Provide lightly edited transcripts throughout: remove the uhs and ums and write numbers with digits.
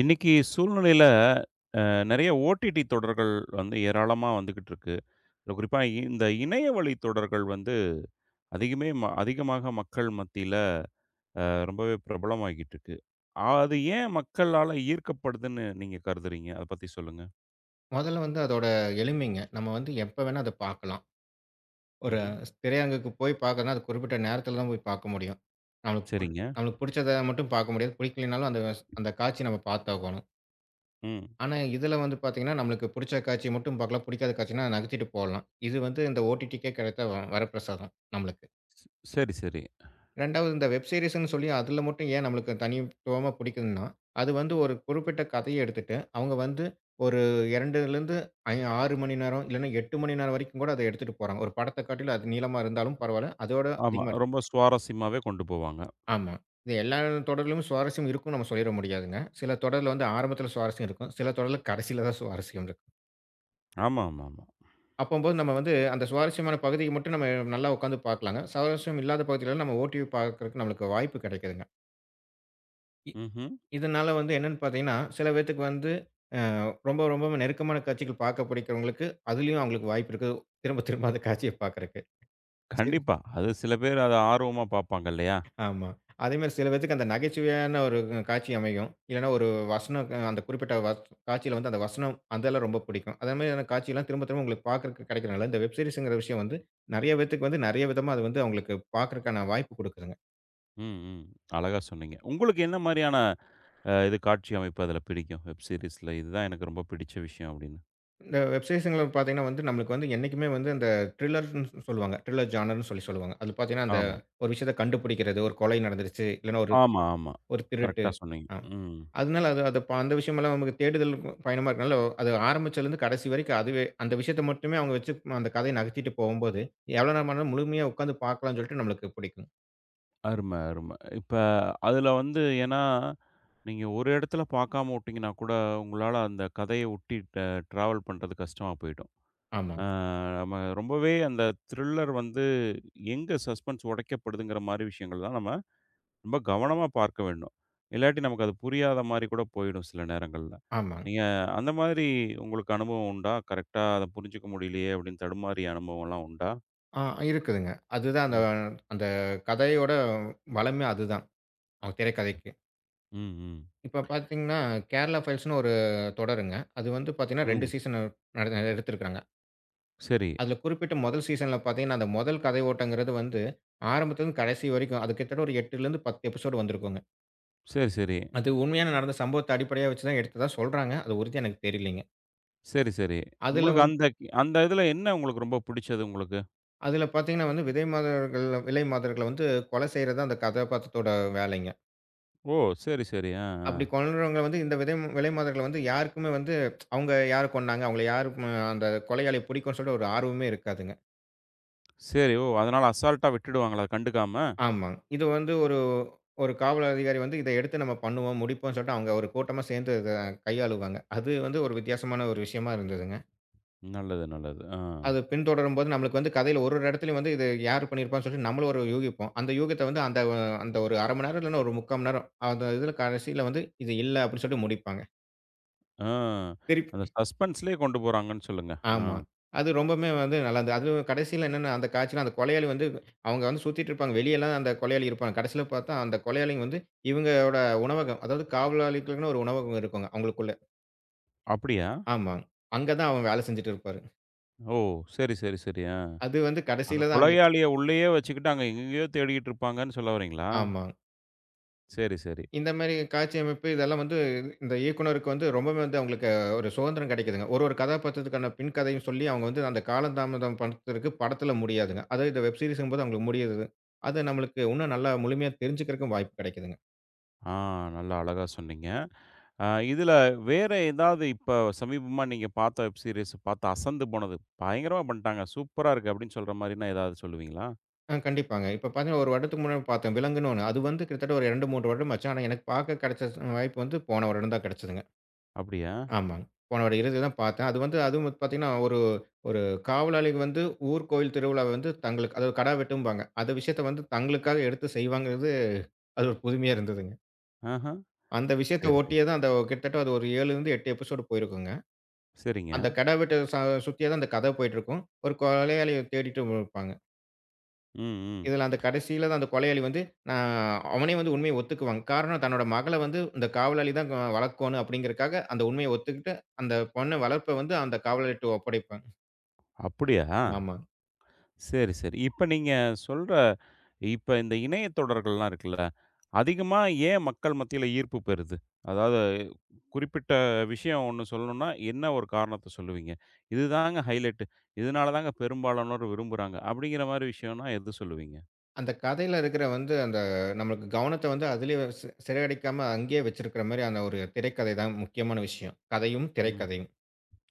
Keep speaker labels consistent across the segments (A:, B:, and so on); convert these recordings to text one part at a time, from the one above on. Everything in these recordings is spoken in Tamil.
A: இன்னைக்கு சூழ்நிலையில அ நெறைய ஓடிடி தொடர்கள் வந்து ஏராளமா வந்துகிட்டு இருக்கு. குறிப்பா இந்த இணைய வழி தொடர்கள் வந்து அதிகமாக மக்கள் மத்தியில அ ரொம்பவே பிரபலமாகிட்டு இருக்கு. அது ஏன் மக்களால ஈர்க்கப்படுதுன்னு நீங்க கருதுறீங்க? அத பத்தி சொல்லுங்க.
B: முதல்ல வந்து அதோட எளிமைங்க. நம்ம வந்து எப்ப வேணா அத பார்க்கலாம். ஒரு
A: ம்ஹ்ம்.
B: திரையரங்குக்கு போய் பார்க்கணும்னா, அது குறிப்பிட்ட நேரத்தில தான் போய் பார்க்க முடியும்.
A: சரிங்க.
B: நம்மளுக்கு புடிச்சத மட்டும் பார்க்க முடியாது. பிடிக்கலைனாலும் அந்த அந்த காட்சிய நம்ம பார்த்தாகணும்.
A: ம்.
B: ஆனா, இதில வந்து பார்த்தீங்கன்னா, நம்மளுக்கு புடிச்ச காட்சிய மட்டும் பார்க்கலாம். பிடிக்காத காட்சினா நகர்த்திட்டு போலாம். இது வந்து இந்த ஓடிடிக்கே கிடைத்த வரப்பிரசாதம் நம்மளுக்கு.
A: ஸ் சரி, சரி.
B: 2வது இந்த வெப் சீரிஸ்ன்னு சொல்லி அதில மட்டும் ஏன் நம்மளுக்கு தனித்துவமா பிடிக்குதுன்னா, அது வந்து ஒரு குறிப்பிட்ட கதைய எடுத்துட்டு, அவங்க வந்து ஒரு 2லேருந்து ஐ 6 மணி நேரம் இல்லன்னா 8 மணி நேரம் வரைக்கும் கூட அத எடுத்துட்டு போறாங்க. ஒரு படத்த காட்டிலும் அது நீளமா இருந்தாலும் பரவால்ல. அதோட
A: ஆமா.
B: அதிகமா எடுத்து
A: ரொம்ப சுவாரஸ்யமாவே கொண்டு போவாங்க.
B: ஆமா. இது எல்லா தொடரிலும் சுவாரஸ்யம் இருக்கும்னு நம்ம சொல்லிற முடியாதுங்க. சில தொடர்ல வந்து ஆரம்பத்தில சுவாரஸ்யம் இருக்கும். சில தொடர்ல கடைசியில தான் சுவாரஸ்யம் இருக்கும்.
A: ஆமா, ஆமா, ஆமா.
B: அப்பம்போது நம்ம வந்து அந்த சுவாரஸ்யமான பகுதிய மட்டும் நம்ம நல்லா உட்காந்து பார்க்கலாங்க. சுவாரஸ்யம் இல்லாத பகுதியில நம்ம ஓடிவி பார்க்கறக்கு நம்மளுக்கு வாய்ப்பு கிடைக்குதுங்க. இ
A: ம்ஹ்ம்.
B: இதனால வந்து என்னன்னு பார்த்தீங்கன்னா, சில பேத்துக்கு வந்து அ ரொம்ப ரொம்ப நெருக்கமான காட்சிகள் பார்க்க பிடிக்கிறவங்களுக்கு, அதிலயும் அவங்களுக்கு வாய்ப்பு இருக்கு. திரும்ப திரும்ப அந்த காட்சிய பார்க்கறக்கு. சரி.
A: கண்டிப்பா. அது சில பேர் அத ஆர்வமா பார்ப்பாங்க இல்லையா?
B: ஆமா. அதேமாரி சில பேத்துக்கு அந்த நகைச்சுவையான ஒரு காட்சி அமையும். இல்லன்னா ஒரு வசனம் அந்த குறிப்பிட்ட காட்சியில வந்து அந்த வசனம் அதெல்லாம் ரொம்ப பிடிக்கும். அதே மாதிரியான காட்சியெல்லாம் திரும்ப திரும்ப உங்களுக்கு பார்க்கறக்கு கிடைக்கிறனால, இந்த வெப் சீரிஸ்ங்கிற விஷயம் வந்து நெறைய பேத்துக்கு வந்து நெறைய விதமா அது வந்து அவங்களுக்கு பார்க்கறக்கான வாய்ப்பு குடுக்குதுங்க.
A: ம், ம். அழகா சொன்னீங்க. உங்களுக்கு என்ன மாரியான இது காட்சி அமைப்பு அதில பிடிக்கும்? வெப் சீரிஸ்ல இதுதான் எனக்கு ரொம்ப பிடிச்ச விஷயம் அப்படின்னு.
B: இந்த வெப்சீரிஸ்ங்கள பார்த்தீங்கன்னா வந்து, நம்மளுக்கு வந்து என்னைக்குமே வந்து அந்த த்ரில்லர்ன்னு சொல்லுவாங்க. த்ரில்லர் ஜானர்ன்னு சொல்லி சொல்லுவாங்க. அது பார்த்தீங்கன்னா, அந்த
A: ஆமா.
B: ஒரு விஷயத்த கண்டுபிடிக்கிறது, ஒரு கொலை நடந்துருச்சு, இல்லன்னா ஒரு
A: ஆமா, ஆமா.
B: ஒரு திருட்டு.
A: கரெக்ட்டா சொன்னீங்க.
B: ஆ.
A: ம்.
B: அதனால அது அது அந்த விஷயமெல்லாம் நமக்கு தேடுதல் பயணமா இருக்கனால, அது ஆரம்பிச்சதுலருந்து கடைசி வரைக்கும் அதுவே அந்த விஷயத்த மட்டுமே அவங்க வச்சு அந்த கதைய நகர்த்திட்டு போகும்போது, எவ்வளோ நேரம் ஆனாலும் முழுமையா உட்காந்து பார்க்கலாம்னு சொல்லிட்டு நம்மளுக்கு பிடிக்கும்.
A: அரும, அரும. இப்ப அதில வந்து ஏன்னா, நீங்க ஒரு இடத்துல பார்க்காம உட்டீங்கன்னா கூட, உங்களால அந்த கதைய ஒட்டி ட்ராவல் பண்றது கஷ்டமா போயிடும். அ
B: ஆமாங்க,
A: நம்ம ரொம்பவே அந்த த்ரில்லர் வந்து எங்க சஸ்பென்ஸ் உடைக்கப்படுதுங்கிற மாரி விஷயங்கள் தான் நம்ம ரொம்ப கவனமா பார்க்க வேண்டும். இல்லாட்டி நமக்கு அது புரியாத மாரி கூட போயிடும் சில நேரங்கள்ல.
B: ஆமாங்க.
A: நீங்க அந்த மாதிரி உங்களுக்கு அனுபவம் உண்டா? கரெக்ட்டா அத புரிஞ்சுக்க முடியலையே அப்படின்னு தடுமாறிய அனுபவம்லாம் உண்டா?
B: ஆ இருக்குதுங்க. அதுதான் அந்த
A: ம்.
B: அந்த கதையோட வளமே அதுதான். அவங்க திரைக்கதைக்கு.
A: ம், ம்.
B: இப்ப பார்த்தீங்கன்னா, கேரளா ஃபைல்ஸ்ன்னு ஒரு தொடருங்க. அது வந்து பார்த்தீங்கன்னா 2
A: ம்.
B: சீசன் எடுத்திருக்காங்க.
A: சரி.
B: அதுல குறிப்பிட்ட முதல் சீசன்ல பார்த்தீங்கன்னா, அந்த முதல் கதை ஓட்டங்கிறது வந்து ஆரம்பத்துலருந்து கடைசி வரைக்கும், அது கிட்டத்தட்ட ஒரு 8லேருந்து 10 எபிசோடு வந்திருக்குங்க.
A: சரி, சரி.
B: அது உண்மையான நடந்த சம்பவத்த அடிப்படையா வச்சு தான் எடுத்ததா சொல்றாங்க. அது உறுதியா எனக்கு தெரியலைங்க.
A: சரி, சரி.
B: அதுல
A: உங்களுக்கு
B: வந்து
A: அந்த அந்த இதுல என்ன உங்களுக்கு ரொம்ப பிடிச்சது உங்களுக்கு?
B: அதுல பார்த்தீங்கன்னா வந்து விதை மாதர்கள் விலை மாதர்கள வந்து கொலை செய்றது அந்த கதாபாத்திரத்தோட வேலைங்க.
A: ஓ! சரி, சரி. ஆ, ஆ.
B: அப்படி கொல்றவங்க வந்து இந்த விதை விலை மாதர்கள வந்து யாருக்குமே வந்து அவங்க யார கொன்னாங்க, அவங்கள யாரு அந்த கொலையாளி பிடிக்கும்னு சொல்லிட்டு ஒரு ஆர்வமே இருக்காதுங்க.
A: சரி. ஓ! அதனால அசால்ட்டா விட்டுடுவாங்களா கண்டுக்காம?
B: ஆமாங்க. இது வந்து ஒரு ஒரு காவல் அதிகாரி வந்து இத எடுத்து நம்ம பண்ணுவோம், முடிப்போம்னு சொல்லிட்டு அவங்க ஒரு கூட்டமா சேர்ந்து இத கையாளுவாங்க. அது வந்து ஒரு வித்தியாசமான ஒரு விஷயமா இருந்ததுங்க.
A: நல்லது, நல்லது. ஆ.
B: அது பின்தொடரும்போது நம்மளுக்கு வந்து கதையில ஒரு ஒரு இடத்துலயும் வந்து இது யார் பண்ணியிருப்பான்னு சொல்லிட்டு நம்மளும் ஒரு யூகிப்போம். அந்த யூகத்த வந்து அந்த அந்த ஒரு 1/2 மணி நேரம் இல்லன்னா ஒரு 3/4 மணி நேரம் அந்த இதுல கடைசியில வந்து இது இல்ல அப்படின்னு சொல்லிட்டு முடிப்பாங்க.
A: ஆ. அந்த
B: திருப்பி
A: சஸ்பென்ஸ்லயே கொண்டு போறாங்கன்னு சொல்லுங்க. ஆ.
B: ஆமா. அது ரொம்பவுமே வந்து நல்லாருந்தது. அதுவும் கடைசில என்னன்னா, அந்த காட்சில அந்த கொலையாளி வந்து அவங்க வந்து சுத்திட்டு இருப்பாங்க. வெளியலாம் அந்த கொலையாளி இருப்பாங்க. கடைசில பார்த்தா அந்த கொலையாளிங்க வந்து இவங்களோட உணவகம், அதாவது காவலாளிகளுக்குன்னு ஒரு உணவகம் இருக்குங்க அவங்களுக்குள்ள.
A: அப்படியா?
B: ஆமா. அங்க தான் அவன் வேலை செஞ்சுட்டு இருப்பாரு.
A: ஓ! சரி, சரி, சரி. ஆ.
B: அது வந்து
A: அங்க
B: கடைசில தான் அவங்க
A: கொலையாளிய உள்ளேயே வச்சுக்கிட்டு, அங்க எங்கேயோ தேடிக்கிட்டு இருப்பாங்கன்னு சொல்ல வர்றீங்களா?
B: ஆமா.
A: சரி, சரி.
B: இந்த மாரி காட்சி அமைப்பு இதெல்லாம் வந்து இந்த இயக்குனருக்கு வந்து ரொம்பவே வந்து அவங்களுக்கு ஒரு சுதந்திரம் கிடைக்குதுங்க. ஒரு ஒரு கதாபாத்திரத்துக்கான பின் கதையும் சொல்லி அவங்க வந்து அந்த காலந்தாமதம் படுத்துறதுக்கு படத்தில முடியாதுங்க. அதுவும் இந்த வெப் சீரிஸ்ங்கும்போது அவங்களுக்கு முடியுது. அது நம்மளுக்கு இன்னும் நல்லா முழுமையா தெரிஞ்சுக்கிறதுக்கும் வாய்ப்பு கிடைக்குதுங்க.
A: ஆ நல்லா அழகா சொன்னீங்க. அ இதுல வேற ஏதாவது இப்ப சமீபமா நீங்க பார்த்த வெப் சீரிஸ் பார்த்து அசந்து போனது, பயங்கரமா பண்ணிட்டாங்க, சூப்பரா இருக்கு அப்படின்னு சொல்ற மாரின்னா ஏதாவது சொல்லுவீங்களா?
B: ஆ கண்டிப்பாங்க. இப்ப பார்த்தீங்கன்னா, ஒரு வருடத்துக்கு முன்னாடி பார்த்தேன். விலங்குன்னு ஒண்ணு. அது வந்து கிட்டத்தட்ட ஒரு 2, 3 வருடம் ஆச்சு. ஆனா எனக்கு பார்க்க கிடைச்ச வாய்ப்பு வந்து போன வருடம் தான் கிடைச்சதுங்க.
A: அப்படியா?
B: ஆமாங்க. போன வாரம் இறுதியில தான் பார்த்தேன். அது வந்து அதுவும் வந்து பார்த்தீங்கன்னா, ஒரு ஒரு காவலாளிக்கு வந்து ஊர் கோயில் திருவிழாவ வந்து தங்களுக்கு அதாவது கடா வெட்டும்பாங்க. அந்த விஷயத்த வந்து தங்களுக்காக எடுத்து செய்வாங்கங்கிறது, அது ஒரு புதுமையா இருந்ததுங்க.
A: ஆஹ.
B: அந்த விஷயத்த
A: சரி, சரி.
B: ஒட்டியே தான் அந்த கிட்டத்தட்ட அது ஒரு 7லிருந்து 8 எபிசோடு போயிருக்குங்க.
A: சரிங்க.
B: அந்த கடா வெட்ட சுத்தியே தான் அந்த கதை போயிட்டுருக்கும். ஒரு கொலையாளிய தேடிட்டு இருப்பாங்க.
A: ம், ம்.
B: இதில அந்த கடைசியில தான் அந்த கொலையாளி வந்து நான் அவனே வந்து உண்மைய ஒத்துக்குவாங்க. காரணம் தன்னோட மகள வந்து இந்த காவலாளி தான் வளர்க்கோணும் அப்படிங்கிறதுக்காக அந்த உண்மைய ஒத்துக்கிட்டு, அந்த பொண்ண வளர்ப்ப வந்து அந்த காவலாளிட்ட ஒப்படைப்பாங்க.
A: அப்படியா?
B: ஆமா.
A: சரி, சரி. இப்ப நீங்க சொல்ற இப்ப இந்த இணைய தொடர்கள்லாம் இருக்குல்ல, அதிகமா ஏன் மக்கள் மத்தியில ஈர்ப்பு பெறுது? அதாவது குறிப்பிட்ட விஷயம் ஒண்ணு சொல்லணும்னா, என்ன ஒரு காரணத்த சொல்லுவீங்க? இதுதாங்க ஹைலைட்டு. இதனால தாங்க பெரும்பாலானோர் விரும்புறாங்க. அப்படிங்கிற மாரி விஷயம்னா எது சொல்லுவீங்க?
B: அந்த கதையில இருக்கிற வந்து அந்த நம்மளுக்கு கவனத்த வந்து அதிலயே சிதறடிக்காம அங்கேயே வச்சிருக்கிற மாரி அந்த ஒரு திரைக்கதை தான் முக்கியமான விஷயம். கதையும்,
A: ம்.
B: திரைக்கதையும்.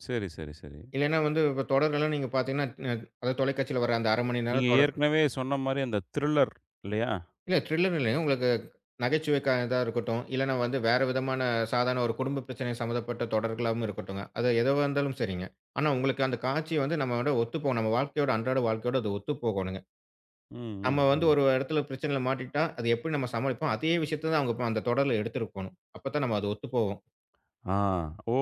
A: சரி, சரி, சரி.
B: இல்லன்னா வந்து இப்ப தொடர்கள்லாம் நீங்க பார்த்தீங்கன்னா, அதாவது தொலைக்காட்சியில வர அந்த 1/2 மணி
A: நீங்க
B: நேரம் தொடர்
A: ஏற்கனவே சொன்ன மாரி அந்த த்ரில்லர் இல்லையா?
B: இல்ல த்ரில்லர் இல்லைங்க. உங்களுக்கு நகைச்சுவை கதயா இருக்கட்டும், இல்லன்னா வந்து வேற விதமான சாதாரண ஒரு குடும்ப பிரச்சனை சம்மந்தப்பட்ட தொடர்களாவும் இருக்கட்டுங்க. அது எதுவா இருந்தாலும் சரிங்க. ஆனா உங்களுக்கு அந்த காட்சி வந்து நம்மோட ஒத்துப்போணும். நம்ம வாழ்க்கையோட அன்றாட வாழ்க்கையோட அது ஒத்துப்போகணுங்க.
A: ம்,
B: நம்ம
A: ம்,
B: வந்து
A: ம்.
B: ஒரு இடத்துல பிரச்சனையில மாட்டிக்கிட்டா, அது எப்படி நம்ம சமாளிப்போம்? அதே விஷயத்த தான் அவங்க இப்ப அந்த தொடர்ல எடுத்திருக்கோணும். அப்பதான் நம்ம அது ஒத்துப்போகும்.
A: ஆ. ஓ!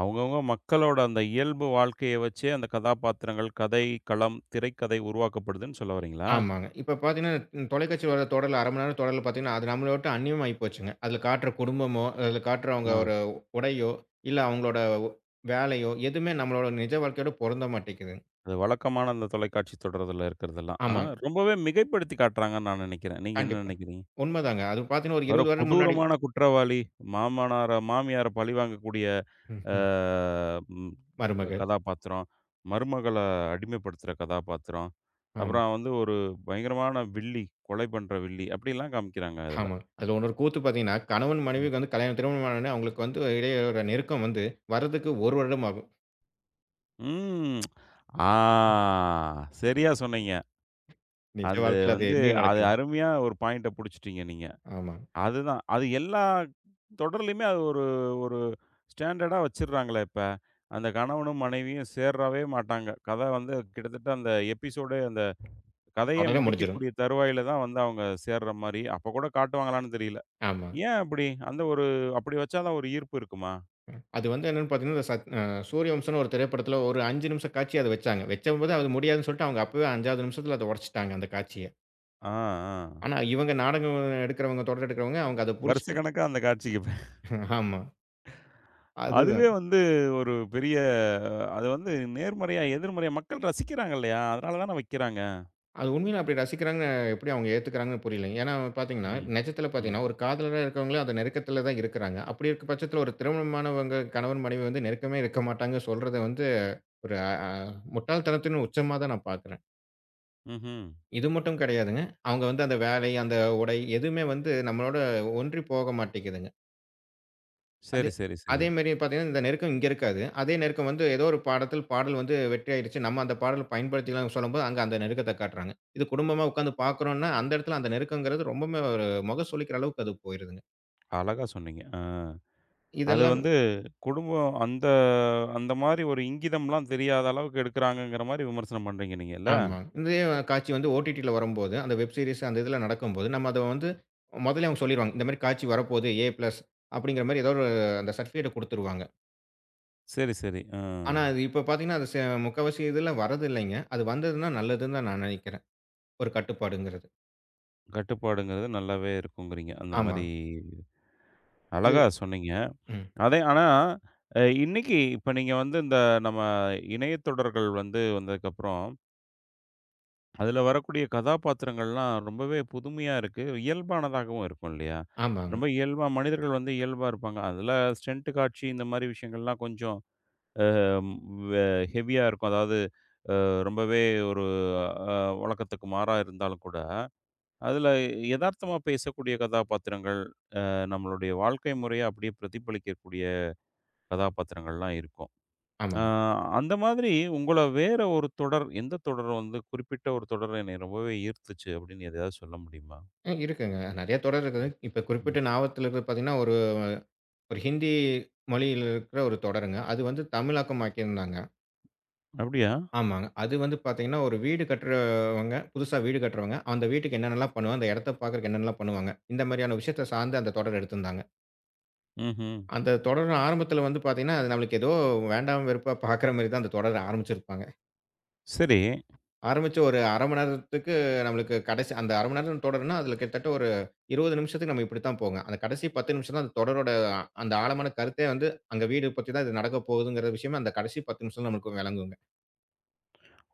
A: அவங்கவங்க மக்களோட அந்த இயல்பு வாழ்க்கைய வச்சே அந்த கதாபாத்திரங்கள், கதை, களம், திரைக்கதை உருவாக்கப்படுதுன்னு சொல்ல வரீங்களா?
B: ஆமாங்க. இப்ப பார்த்தீங்கன்னா, தொலைக்காட்சியில வர தொடர்ல 1/2 மணி நேரம் தொடர்ல பார்த்தீங்கன்னா, அது நம்மள விட்டு அந்நியமாயி போச்சுங்க. அதுல காட்டுற குடும்பமோ, அதுல காட்டுற அவங்க
A: ஆ.
B: ஒரு உடையோ, இல்ல அவங்களோட ஒ- வேலையோ, எதுவுமே நம்மளோட நிஜ வாழ்க்கையோட பொருந்த மாட்டேங்குதுங்க.
A: அது வழக்கமான அந்த தொலைக்காட்சி தொடர்தில இருக்கிறதெல்லாம். ஆ
B: ஆமாங்க.
A: ரொம்பவே மிகைப்படுத்தி காட்டுறாங்கன்னு நான் நினைக்கிறேன். நீங்க என்ன
B: கண்டிப்பா.
A: நினைக்கிறீங்க?
B: உண்மதாங்க. அது பார்த்தீங்கன்னா, ஒரு
A: ஒரு
B: 20 வருடம் முன்னாடி
A: கொடூரமான குற்றவாளி, மாமனார மாமியார பழிவாங்கக்கூடிய அ
B: ம்ஹ்ம்.
A: ம்
B: மருமகள்.
A: கதாபாத்திரம், மருமகள அடிமைப்படுத்துற கதாபாத்திரம்,
B: ஆமா.
A: அப்புறம் வந்து ஒரு பயங்கரமான வில்லி, கொலை பண்ற வில்லி அப்படிலாம் காமிக்கிறாங்க அதுல.
B: ஆமா. அதுல இன்னொரு கூத்து பார்த்தீங்கன்னா, கணவன் மனைவிக்கு வந்து கல்யாணம் திருமணம் ஆனவுடனே அவங்களுக்கு வந்து இடையே ஒரு நெருக்கம் வந்து வர்றதுக்கு 1 வருடம் ஆகும்.
A: ம். ஆ சரியா சொன்னீங்க.
B: நிஜ
A: அது
B: வாழ்க்கையில அது
A: வந்து
B: எங்கேயும்
A: அது
B: நடக்குது.
A: அருமையா ஒரு பாயிண்ட்ட புடிச்சுட்டீங்க நீங்க.
B: ஆமா.
A: அதுதான். அது எல்லா தொடர்லயுமே அது ஒரு ஒரு ஸ்டாண்டர்டா வச்சுர்றாங்களே இப்ப. அந்த கணவனும் மனைவியும் சேர்றவே மாட்டாங்க. கதை வந்து கிட்டத்தட்ட அந்த எபிசோடே அந்த கதைய
B: உடனே முடிஞ்சிரும்.
A: முடிக்கக்கூடிய தருவாயில தான் வந்து அவங்க சேர்ற மாரி. அப்ப கூட காட்டுவாங்களான்னு தெரியல.
B: ஆமா.
A: ஏன் அப்படி? அந்த ஒரு அப்படி வச்சா தான் ஒரு ஈர்ப்பு இருக்குமா?
B: அது வந்து என்னன்னு பார்த்தீங்கன்னா, இந்த சத் அ சூரியவம்சம்ன்னு ஒரு திரைப்படத்துல ஒரு 5 நிமிஷம் காட்சி அத வச்சாங்க. வச்சபோது அது முடியாதுன்னு சொல்லிட்டு அவங்க அப்பவே 5வது நிமிஷத்துல அத உடைச்சுட்டாங்க அந்த காட்சிய.
A: ஆ, ஆ.
B: ஆனா இவங்க நாடகம் எடுக்கிறவங்க, தொடர் எடுக்கிறவங்க அவங்க அத புடிச்சுட்டு
A: வருஷக்கணக்கா அந்த காட்சிக்கு
B: ஆமா. அது
A: அதுவே வந்து ஒரு பெரிய அது வந்து நேர்மறையா, எதிர்மறையா மக்கள் ரசிக்கிறாங்க இல்லையா? அதனால தான வைக்கிறாங்க.
B: அது உண்மையில அப்படி ரசிக்கிறாங்கன்னு எப்படி அவங்க ஏத்துக்கிறாங்கன்னு புரியல. ஏன்னா பார்த்தீங்கன்னா,
A: ம்.
B: நிஜத்தில
A: ம்.
B: பார்த்தீங்கன்னா, ஒரு காதலரா இருக்கவங்களே அந்த நெருக்கத்தில தான் இருக்கிறாங்க. அப்படி இருக்க பட்சத்தில ஒரு திருமணமானவங்க கணவன் மனைவி வந்து நெருக்கமே இருக்க மாட்டாங்க சொல்றது வந்து ஒரு அ அ முட்டாள்தனத்தின் உச்சமா தான் நான் பார்க்குறேன்.
A: ம்ஹ்ம்.
B: இது மட்டும் கிடையாதுங்க. அவங்க வந்து அந்த வேலை, அந்த உடை எதுவுமே வந்து நம்மளோட ஒன்றி போக மாட்டேங்குதுங்க. அதே
A: சரி, சரி, சரி.
B: அதே மாரி பார்த்தீங்கன்னா, இந்த நெருக்கம் இங்க இருக்காது. அதே நெருக்கம் வந்து ஏதோ ஒரு பாடத்தில் பாடல் வந்து வெற்றி ஆயிடுச்சு. நம்ம அந்த பாடல பயன்படுத்திக்கலாம்னு சொல்லும்போது, அங்க அந்த நெருக்கத்த காட்டுறாங்க. இது குடும்பமா உட்காந்து பார்க்குறோம்னா, அந்த இடத்துல அந்த நெருக்கங்கிறது ரொம்பவுமே ஒரு முகம் சுளிக்கிற அளவுக்கு அது போயிருதுங்க.
A: அழகா சொன்னீங்க. ஆ. அது
B: இதெல்லாம்
A: வந்து குடும்பம் அந்த அந்த மாரி ஒரு இங்கிதம்லாம் தெரியாத அளவுக்கு எடுக்குறாங்கங்கிற மாரி விமர்சனம் பண்றீங்க நீங்க இல்ல?
B: ஆமா. இதே காட்சி வந்து ஓடிடில வரும்போது, அந்த வெப் சீரிஸ் அந்த இதில நடக்கும்போது, நம்ம அத வந்து முதலே அவங்க சொல்லிருவாங்க. இந்த மாரி காட்சி வரப்போது ஏ பிளஸ் அப்படிங்கிற மாரி ஏதோ ஒரு அந்த சர்டிஃபிகேட்ட குடுத்துருவாங்க.
A: சரி, சரி. ஆ.
B: ஆனா, அது இப்ப பார்த்தீங்கன்னா, அது முக்காவாசி இதுல வரதில்லைங்க. அது வந்ததுன்னா நல்லதுன்னு தான் நான் நினைக்கிறேன். ஒரு கட்டுப்பாடுங்கிறது.
A: கட்டுப்பாடுங்கிறது நல்லாவே இருக்குங்கிறீங்க. அந்த
B: ஆமா.
A: மாரி
B: இது
A: அழகா சொன்னீங்க.
B: ம்.
A: அதே ஆனா, இன்னைக்கு இப்ப நீங்க வந்து இந்த நம்ம இணைய தொடர்கள் வந்து வந்ததுக்கப்புறம் அதில வரக்கூடிய கதாபாத்திரங்கள்லாம் ரொம்பவே புதுமையா இருக்கு. இயல்பானதாகவும் இருக்கும் இல்லையா?
B: ஆமாங்க,
A: ரொம்ப இயல்பா மனிதர்கள் வந்து இயல்பா இருப்பாங்க. அதில ஸ்டண்ட் காட்சி இந்த மாரி விஷயங்கள்லாம் கொஞ்சம் அம் வெ ஹெவியா இருக்கும். அதாவது ரொம்பவே ஒரு அ வழக்கத்துக்கு மாறா இருந்தாலும் கூட, அதில எதார்த்தமா பேசக்கூடிய கதாபாத்திரங்கள், நம்மளுடைய வாழ்க்கை முறைய அப்படியே பிரதிபலிக்கக்கூடிய கதாபாத்திரங்கள்லாம் இருக்கும். அ
B: ஆமாங்க.
A: அந்த மாதிரி உங்கள வேற ஒரு தொடர், எந்த தொடர் வந்து குறிப்பிட்ட ஒரு தொடர் என்னைய ரொம்பவே ஈர்த்துச்சு அப்படின்னு எதையாவது சொல்ல முடியுமா?
B: இருக்குங்க. நெறைய தொடர் இருக்குது. இப்ப
A: ம். ம்.
B: குறிப்பிட்டு நாவத்துல இருக்கிறது பார்த்தீங்கன்னா, ஒரு ஒரு ஹிந்தி மொழியில இருக்கிற ஒரு தொடருங்க. அது வந்து தமிழாக்கம் ஆக்கியிருந்தாங்க.
A: அப்படியா?
B: ஆமாங்க. அது வந்து பார்த்தீங்கன்னா, ஒரு வீடு கட்டுறவங்க, புதுசா வீடு கட்டுறவங்க, அந்த வீட்டுக்கு என்னென்னலாம் பண்ணுவாங்க, அந்த இடத்த பார்க்கறக்கு என்னென்னலாம் பண்ணுவாங்க, இந்த மாரியான விஷயத்த சார்ந்து அந்த தொடர் எடுத்திருந்தாங்க.
A: ம்ஹ்ம்.
B: அந்த தொடர் ஆரம்பத்துல வந்து பார்த்தீங்கன்னா, அது நம்மளுக்கு ஏதோ வேண்டாம் வெறுப்பா பார்க்குற மாரி தான் அந்த தொடர ஆரம்பிச்சிருப்பாங்க.
A: சரி.
B: ஆரம்பிச்சு ஒரு 1/2 மணி நேரத்துக்கு நம்மளுக்கு கடைசி அந்த 1/2 மணி நேரம் தொடருன்னா, அதில கிட்டத்தட்ட ஒரு 20 நிமிஷத்துக்கு நம்ம இப்படித்தான் போங்க. அந்த கடைசி 10 நிமிஷம் தான் அந்த தொடரோட அந்த ஆழமான கருத்தே வந்து, அங்க வீடு பத்தி தான் இது நடக்கப் போகுதுங்கிற விஷயமே அந்த கடைசி 10 நிமிஷம் நமக்கு விளங்குங்க.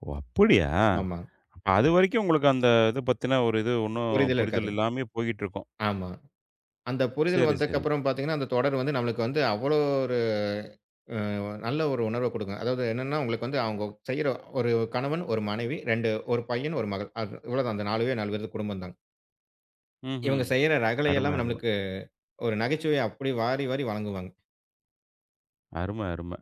A: ஓ! அப்படியா?
B: ஆமா.
A: அப்ப அதுவரைக்கும் உங்களுக்கு அந்த இத பத்தின ஒரு இது ஒண்ணும்
B: புரிதல் இருக்காது.
A: புரிதல் இல்லாமயே போயிட்டுருக்கும்.
B: ஆமா. அந்த புரிதல்
A: சரி, சரி.
B: வந்ததுக்கப்புறம் பார்த்தீங்கன்னா, அந்த தொடர் வந்து நம்மளுக்கு வந்து அவ்வளோ ஒரு அ நல்ல ஒரு உணர்வ குடுக்கும். அதாவது என்னன்னா, உங்களுக்கு வந்து அவங்க செய்ற ஒரு கணவன், ஒரு மனைவி, 2 ஒரு பையன், ஒரு மகள். அது இவ்வளவுதான் அந்த 4வே 4 பேரு குடும்பம் தான்.
A: ம்ஹ்ம்.
B: இவங்க செய்ற
A: அருமை,
B: ரகளையெல்லாம்
A: அருமை.
B: நம்மளுக்கு ஒரு நகைச்சுவைய அப்படி வாரி, வாரி வழங்குவாங்க.
A: அருமை, அருமை.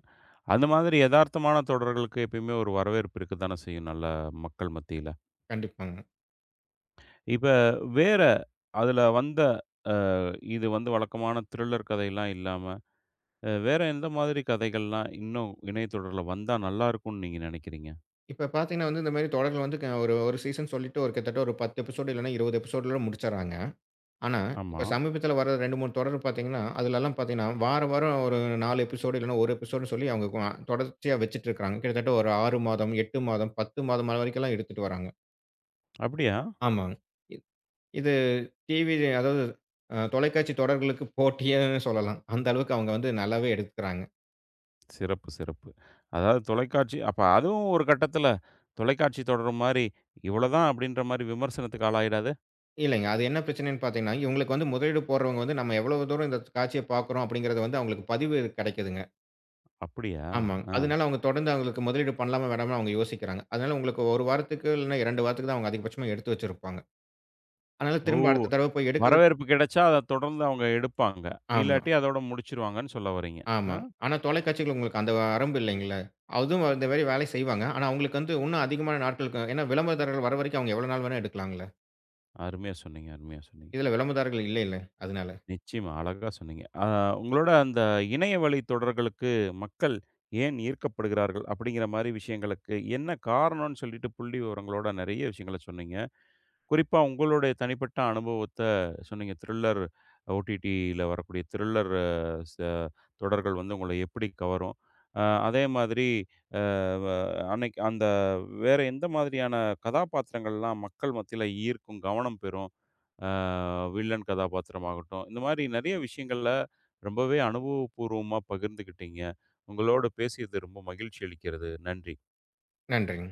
A: அந்த மாதிரி எதார்த்தமான தொடர்களுக்கு எப்பயுமே ஒரு வரவேற்பு இருக்கத்தானே செய்யும், நல்ல மக்கள் மத்தியில.
B: கண்டிப்பாங்க.
A: இப்ப வேற அதுல வந்த அ இது வந்து வழக்கமான த்ரில்லர் கதைலாம் இல்லாம, வேற எந்த மாதிரி கதைகள்லாம் இன்னும் இணையதொடர்ல வந்தா நல்லாருக்கும்னு நீங்க நெனைக்கிறீங்க?
B: இப்ப பார்த்தீங்கன்னா வந்து, இந்த மாரி தொடர்கள் வந்து ஒரு ஒரு சீசன் சொல்லிட்டு ஒரு கிட்டத்தட்ட ஒரு 10 எபிசோடு இல்லன்னா 20 எபிசோடுல முடிச்சர்றாங்க. ஆனா,
A: ஆமா.
B: இப்ப சமீபத்தில வர 2, 3 தொடர் பார்த்தீங்கன்னா, அதுலலாம் பார்த்தீங்கன்னா, வாரம், வாரம் ஒரு 4 எபிசோடு இல்லன்னா 1 எபிசோடுன்னு சொல்லி அவங்க தொடர்ச்சியா வச்சுட்டு இருக்காங்க. கிட்டத்தட்ட ஒரு 6 மாதம், 8 மாதம், 10 மாதம் அது வரைக்கும்லாம் எடுத்துட்டு வராங்க.
A: அப்படியா?
B: ஆமாங்க. இத் இது டிவி அதாவது தொலைக்காட்சி தொடர்களுக்கு போட்டியே சொல்லலாம். அந்த அளவுக்கு அவங்க வந்து நல்லாவே எடுத்துக்கிறாங்க.
A: சிறப்பு, சிறப்பு. அதாவது தொலைக்காட்சி அப்ப அதுவும் ஒரு கட்டத்தில தொலைக்காட்சி தொடர் மாரி, இவ்வளதான் அப்படின்ற மாரி விமர்சனத்துக்கு ஆளாயிடாது?
B: இல்லைங்க. அது என்ன பிரச்சனைன்னு பார்த்தீங்கன்னா, இவங்களுக்கு வந்து முதலீடு போடுறவங்க வந்து நம்ம எவ்வளவு தூரம் இந்த காட்சிய பார்க்குறோம் அப்படிங்கிறது வந்து அவங்களுக்கு பதிவு கிடைக்குதுங்க.
A: அப்படியா?
B: ஆமாங்க.
A: ஆ.
B: அதனால அவங்க தொடர்ந்து அவங்களுக்கு முதலீடு பண்ணலாமா, வேணாமா அவங்க யோசிக்கிறாங்க. அதனால உங்களுக்கு 1 வாரத்துக்கு இல்லன்னா 2 வாரத்துக்கு தான் அவங்க அதிகபட்சமா எடுத்து வச்சிருப்பாங்க. அதனால
A: ஓ!
B: திரும்ப அடுத்த தடவ போய் எடுக்கிறதுக்கு
A: வரவேற்பு கிடைச்சா அத தொடர்ந்து அவங்க எடுப்பாங்க.
B: ஆமா,
A: இல்லாட்டி அதோட முடிச்சுருவாங்கன்னு சொல்ல வர்றீங்க. ஆ
B: ஆமா. ஆனா தொலைக்காட்சிகள் உங்களுக்கு அந்த வரம்பு இல்லைங்கள. அதுவும் இந்த மாரி வேலை செய்வாங்க. ஆனா அவங்களுக்கு வந்து இன்னும் அதிகமான நாட்களுக்கு ஏன்னா விளம்பரதாரர்கள் வர வரைக்கும் அவங்க எவ்வளவு நாள் வேணா எடுக்கலாம்ல.
A: அருமையா சொன்னீங்க, அருமையா சொன்னீங்க.
B: இதுல விளம்பரதாரர்கள் இல்லைல்ல. அதனால.
A: நிச்சயமா, அழகா சொன்னீங்க. ஆ உங்களோட அந்த இணையவழி தொடர்களுக்கு மக்கள் ஏன் ஈர்க்கப்படுகிறார்கள்? அப்படிங்கிற மாரி விஷயங்களுக்கு என்ன காரணம்னு சொல்லிட்டு புள்ளி விவரங்களோட நெறைய விஷயங்கள சொன்னீங்க. குறிப்பா உங்களுடைய தனிப்பட்ட அனுபவத்த சொன்னீங்க. த்ரில்லர் ஓடிடியில வரக்கூடிய த்ரில்லர் ச தொடர்கள் வந்து உங்கள எப்படி கவரும்? அ அதே மாதிரி அ வ அன்னைக்கு அந்த வேற எந்த மாதிரியான கதாபாத்திரங்கள்லாம் மக்கள் மத்தியில ஈர்க்கும், கவனம் பெறும்? அ வில்லன் கதாபாத்திரமாகட்டும், இந்த மாரி நெறைய விஷயங்கள்ல ரொம்பவே அனுபவபூர்வமா பகிர்ந்துக்கிட்டீங்க. உங்களோடு பேசியது ரொம்ப மகிழ்ச்சி அளிக்கிறது. நன்றி.
B: நன்றிங்க.